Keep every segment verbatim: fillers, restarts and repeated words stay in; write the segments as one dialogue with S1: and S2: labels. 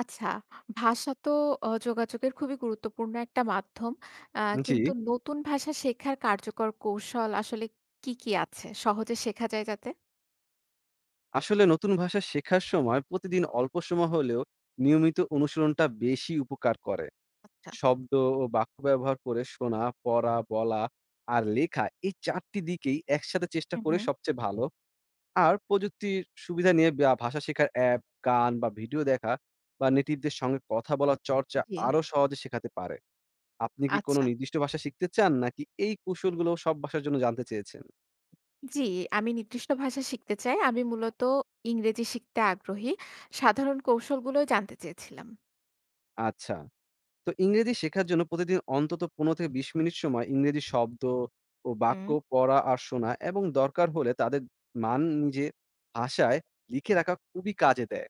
S1: আচ্ছা, ভাষা তো অ যোগাযোগের খুবই গুরুত্বপূর্ণ একটা মাধ্যম। আ
S2: জি,
S1: কিন্তু নতুন ভাষা শেখার কার্যকর কৌশল আসলে কি, কি আছে? সহজে শেখা যায় যাতে?
S2: আসলে নতুন ভাষা শেখার সময় প্রতিদিন অল্প সময় হলেও নিয়মিত অনুশীলনটা বেশি উপকার করে।
S1: আচ্ছা।
S2: শব্দ ও বাক্য ব্যবহার করে শোনা, পড়া, বলা আর লেখা এই চারটি টি দিকেই একসাথে চেষ্টা
S1: হুম,
S2: করে
S1: হুম।
S2: সবচেয়ে ভালো। আর প্রযুক্তির সুবিধা নিয়ে বা ভাষা শেখার অ্যাপ, গান বা ভিডিও দেখা বা নেটিভদের সঙ্গে কথা বলার চর্চা
S1: জি।
S2: আরো সহজে শেখাতে পারে। আপনি কি কোনো
S1: আচ্ছা।
S2: নির্দিষ্ট ভাষা শিখতে চান, নাকি এই কৌশলগুলো সব ভাষার জন্য জানতে চেয়েছেন?
S1: জি, আমি নির্দিষ্ট ভাষা শিখতে চাই। আমি মূলত ইংরেজি শিখতে আগ্রহী। সাধারণ কৌশলগুলো জানতে চেয়েছিলাম।
S2: আচ্ছা। তো ইংরেজি শেখার জন্য প্রতিদিন অন্তত পনেরো থেকে বিশ মিনিট সময় ইংরেজি শব্দ ও বাক্য
S1: হুম।
S2: পড়া আর শোনা, এবং দরকার হলে তাদের মান নিজে ভাষায় লিখে রাখা খুবই কাজে দেয়।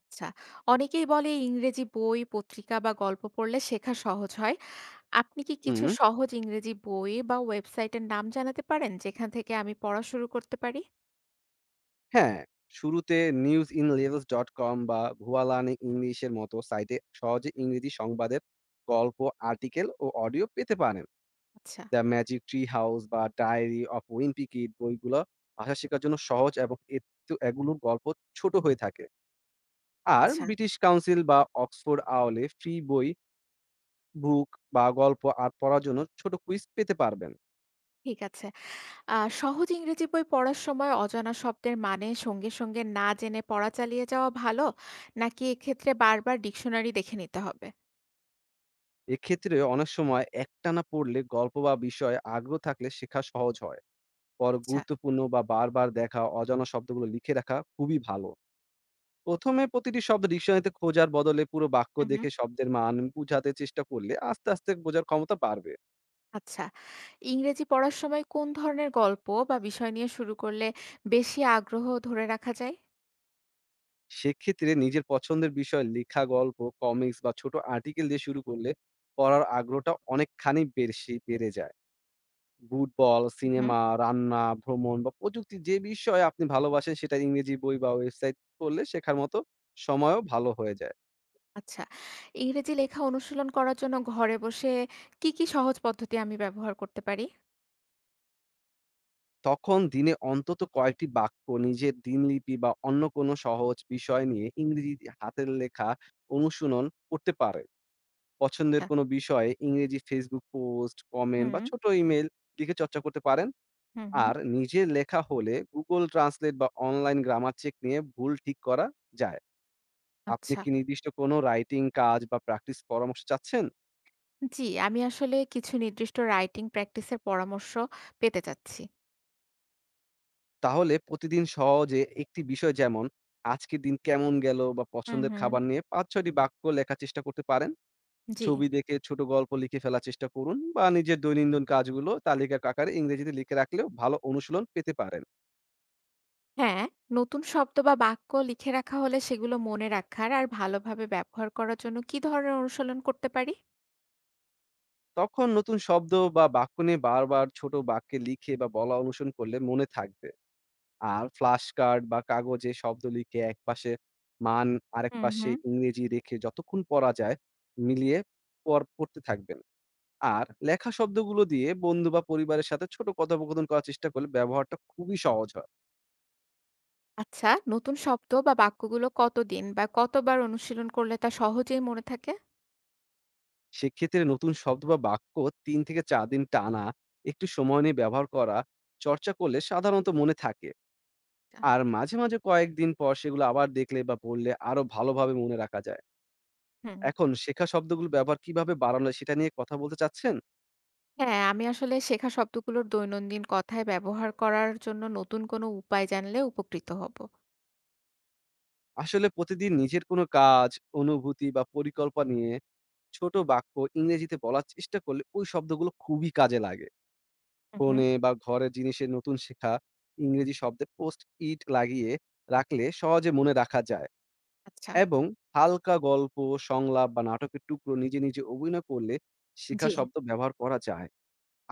S1: আচ্ছা। অনেকেই বলে ইংরেজি বই, পত্রিকা বা গল্প পড়লে শেখা সহজ হয়। আপনি কি
S2: হুম,
S1: কিছু সহজ ইংরেজি বই বা ওয়েবসাইটের নাম জানাতে পারেন, যেখান থেকে আমি পড়া শুরু করতে পারি?
S2: হ্যাঁ, শুরুতে নিউজইনলেভেলস ডট কম বা ভুয়া লার্নিং ইংলিশ এর মতো সাইটে সহজে ইংরেজি সংবাদের গল্প, আর্টিকেল ও অডিও পেতে পারেন।
S1: আচ্ছা,
S2: দ্য ম্যাজিক ট্রি হাউস বা ডায়েরি অফ উইম্পি কিড বইগুলো ভাষা শেখার জন্য সহজ, এবং এত এগুলোর গল্প ছোট হয়ে থাকে। আর
S1: আচ্ছা।
S2: ব্রিটিশ কাউন্সিল বা অক্সফোর্ড আওলে ফ্রি বই, বুক বা গল্প আর পড়ার জন্য ছোট কুইজ পেতে পারবেন।
S1: ঠিক আছে। আ সহজ ইংরেজি বই পড়ার সময় অজানা শব্দের মানে সঙ্গে, সঙ্গে না জেনে পড়া চালিয়ে যাওয়া ভালো? নাকি এক্ষেত্রে বারবার ডিকশনারি দেখে নিতে হবে?
S2: এক্ষেত্রে অনেক সময় একটানা পড়লে, গল্প বা বিষয়ে আগ্রহ থাকলে, শেখা সহজ হয়। পর
S1: আচ্ছা।
S2: গুরুত্বপূর্ণ বা বারবার দেখা অজানা শব্দগুলো লিখে রাখা খুবই ভালো। প্রথমে প্রতিটি শব্দ ডিকশনারিতে খোঁজার বদলে পুরো বাক্য
S1: হু, হুম।
S2: দেখে শব্দের মান বুঝাতে চেষ্টা করলে আস্তে, আস্তে বোঝার ক্ষমতা বাড়বে।
S1: আচ্ছা। ইংরেজি পড়ার সময় কোন ধরনের গল্প বা বিষয় নিয়ে শুরু করলে বেশি আগ্রহ ধরে রাখা যায়?
S2: সেক্ষেত্রে নিজের পছন্দের বিষয় লেখা গল্প, কমিক্স বা ছোট আর্টিকেল দিয়ে শুরু করলে পড়ার আগ্রহটা অনেকখানি বেশি বেড়ে যায়। ফুটবল, সিনেমা, রান্না, ভ্রমণ বা প্রযুক্তি, যে বিষয়ে আপনি ভালোবাসেন, সেটা ইংরেজি বই বা ওয়েবসাইট পড়লে শেখার মতো সময়ও ভালো হয়ে যায়।
S1: আচ্ছা। ইংরেজি লেখা অনুশীলন করার জন্য ঘরে বসে কি, কি সহজ পদ্ধতি আমি ব্যবহার করতে পারি?
S2: তখন দিনে অন্তত কয়েকটি বাক্য নিজের দিনলিপি বা অন্য কোনো সহজ বিষয় নিয়ে ইংরেজিতে হাতের লেখা অনুশীলন করতে পারেন। পছন্দের
S1: আচ্ছা।
S2: কোনো বিষয়ে ইংরেজি Facebook পোস্ট, কমেন্ট বা
S1: হুম,
S2: ছোট ইমেইল লিখে চর্চা করতে পারেন।
S1: হুম, হুম।
S2: আর নিজের লেখা হলে Google Translate বা অনলাইন গ্রামার চেক নিয়ে ভুল ঠিক করা যায়। আপনি
S1: আচ্ছা।
S2: কি নির্দিষ্ট কোনো রাইটিং কাজ বা প্র্যাকটিস পরামর্শ চাচ্ছেন?
S1: জি, আমি আসলে কিছু নির্দিষ্ট রাইটিং প্র্যাকটিসের পরামর্শ পেতে চাচ্ছি।
S2: তাহলে প্রতিদিন সহজে একটি বিষয়, যেমন আজকের দিন কেমন গেল বা
S1: হুম,
S2: পছন্দের
S1: হুম।
S2: খাবার, নিয়ে পাঁচ ছয়টি টি বাক্য লেখার চেষ্টা করতে পারেন।
S1: জি।
S2: ছবি দেখে ছোট গল্প লিখে ফেলার চেষ্টা করুন, বা নিজের দৈনন্দিন কাজগুলো তালিকার আকারে ইংরেজিতে লিখে রাখলেও ভালো অনুশীলন পেতে পারেন।
S1: হ্যাঁ, নতুন শব্দ বা বাক্য লিখে রাখা হলে সেগুলো মনে রাখার আর ভালোভাবে ব্যবহার করার জন্য কি ধরনের অনুশীলন করতে পারি?
S2: তখন নতুন শব্দ বা বাক্য নিয়ে বারবার ছোট বাক্যে লিখে বা বলা অনুসরণ করলে মনে থাকবে। আর ফ্ল্যাশ কার্ড বা কাগজে শব্দ লিখে, একপাশে মান আরেক
S1: হুম,
S2: পাশে
S1: হুম।
S2: ইংরেজি রেখে, যতক্ষণ পড়া যায় মিলিয়ে পর পড়তে থাকবেন। আর লেখা শব্দগুলো দিয়ে বন্ধু বা পরিবারের সাথে ছোট কথোপকথন করার চেষ্টা করলে ব্যবহারটা খুবই সহজ হয়।
S1: আচ্ছা, নতুন শব্দ বা বাক্যগুলো কতদিন বা কতবার অনুশীলন করলে তা সহজেই মনে থাকে?
S2: সেক্ষেত্রে নতুন শব্দ বা বাক্য তিন থেকে চার দিন টানা একটু সময় নিয়ে ব্যবহার করা, চর্চা করলে সাধারণত মনে থাকে।
S1: আচ্ছা।
S2: আর মাঝে, মাঝে কয়েকদিন পর সেগুলো আবার দেখলে বা পড়লে আরো ভালোভাবে মনে রাখা যায়।
S1: হুম।
S2: এখন শেখা শব্দগুলো ব্যবহার কিভাবে বাড়ানো যায়, সেটা নিয়ে কথা বলতে চাচ্ছেন?
S1: হ্যাঁ, আমি আসলে শেখা শব্দগুলোর দৈনন্দিন কথায় ব্যবহার করার জন্য নতুন কোনো উপায় জানলে উপকৃত হব।
S2: আসলে প্রতিদিন নিজের কোনো কাজ, অনুভূতি বা পরিকল্পনা নিয়ে ছোট বাক্য ইংরেজিতে বলার চেষ্টা করলে ওই শব্দগুলো খুবই কাজে লাগে।
S1: হুম, হুম।
S2: ফোনে বা ঘরের জিনিসে নতুন শেখা ইংরেজি শব্দে পোস্ট ইট লাগিয়ে রাখলে সহজে মনে রাখা যায়,
S1: আচ্ছা।
S2: এবং হালকা গল্প, সংলাপ বা নাটকের টুকরো নিজে, নিজে অভিনয় করলে
S1: জি।
S2: শেখা শব্দ ব্যবহার করা যায়।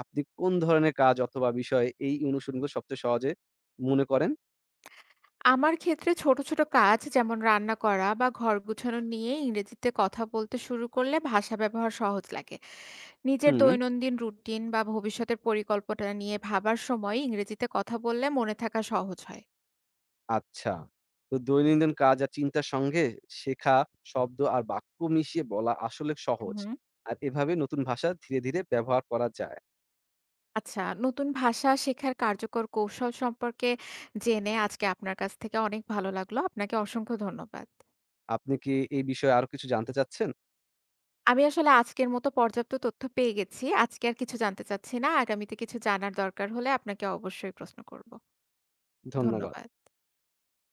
S2: আপনি কোন ধরনের কাজ অথবা বিষয় এই অনুশীলনগুলো সবচেয়ে সহজে মনে করেন?
S1: আমার ক্ষেত্রে ছোট, ছোট কাজ যেমন রান্না করা বা ঘর গুছানো নিয়ে ইংরেজিতে কথা বলতে শুরু করলে ভাষা ব্যবহার সহজ লাগে। নিজের
S2: হুম,
S1: দৈনন্দিন রুটিন বা ভবিষ্যতের পরিকল্পনা নিয়ে ভাবার সময় ইংরেজিতে কথা বললে মনে থাকা সহজ হয়।
S2: আচ্ছা। তো দৈনন্দিন কাজ আর চিন্তার সঙ্গে শেখা শব্দ আর বাক্য মিশিয়ে বলা আসলে
S1: হুম,
S2: সহজ।
S1: হুম।
S2: আর এভাবে নতুন ভাষা ধীরে, ধীরে ব্যবহার করা যায়।
S1: আচ্ছা, নতুন ভাষা শেখার কার্যকর কৌশল সম্পর্কে জেনে আজকে আপনার কাছ থেকে অনেক ভালো লাগলো। আপনাকে অসংখ্য ধন্যবাদ।
S2: আপনি কি এই বিষয়ে আরো কিছু জানতে চাচ্ছেন?
S1: আমি আসলে আজকের মতো পর্যাপ্ত তথ্য পেয়ে গেছি। আজকে আর কিছু জানতে চাচ্ছি না। আগামীতে কিছু জানার দরকার হলে আপনাকে অবশ্যই প্রশ্ন করব।
S2: ধন্যবাদ।
S1: ধন্যবাদ।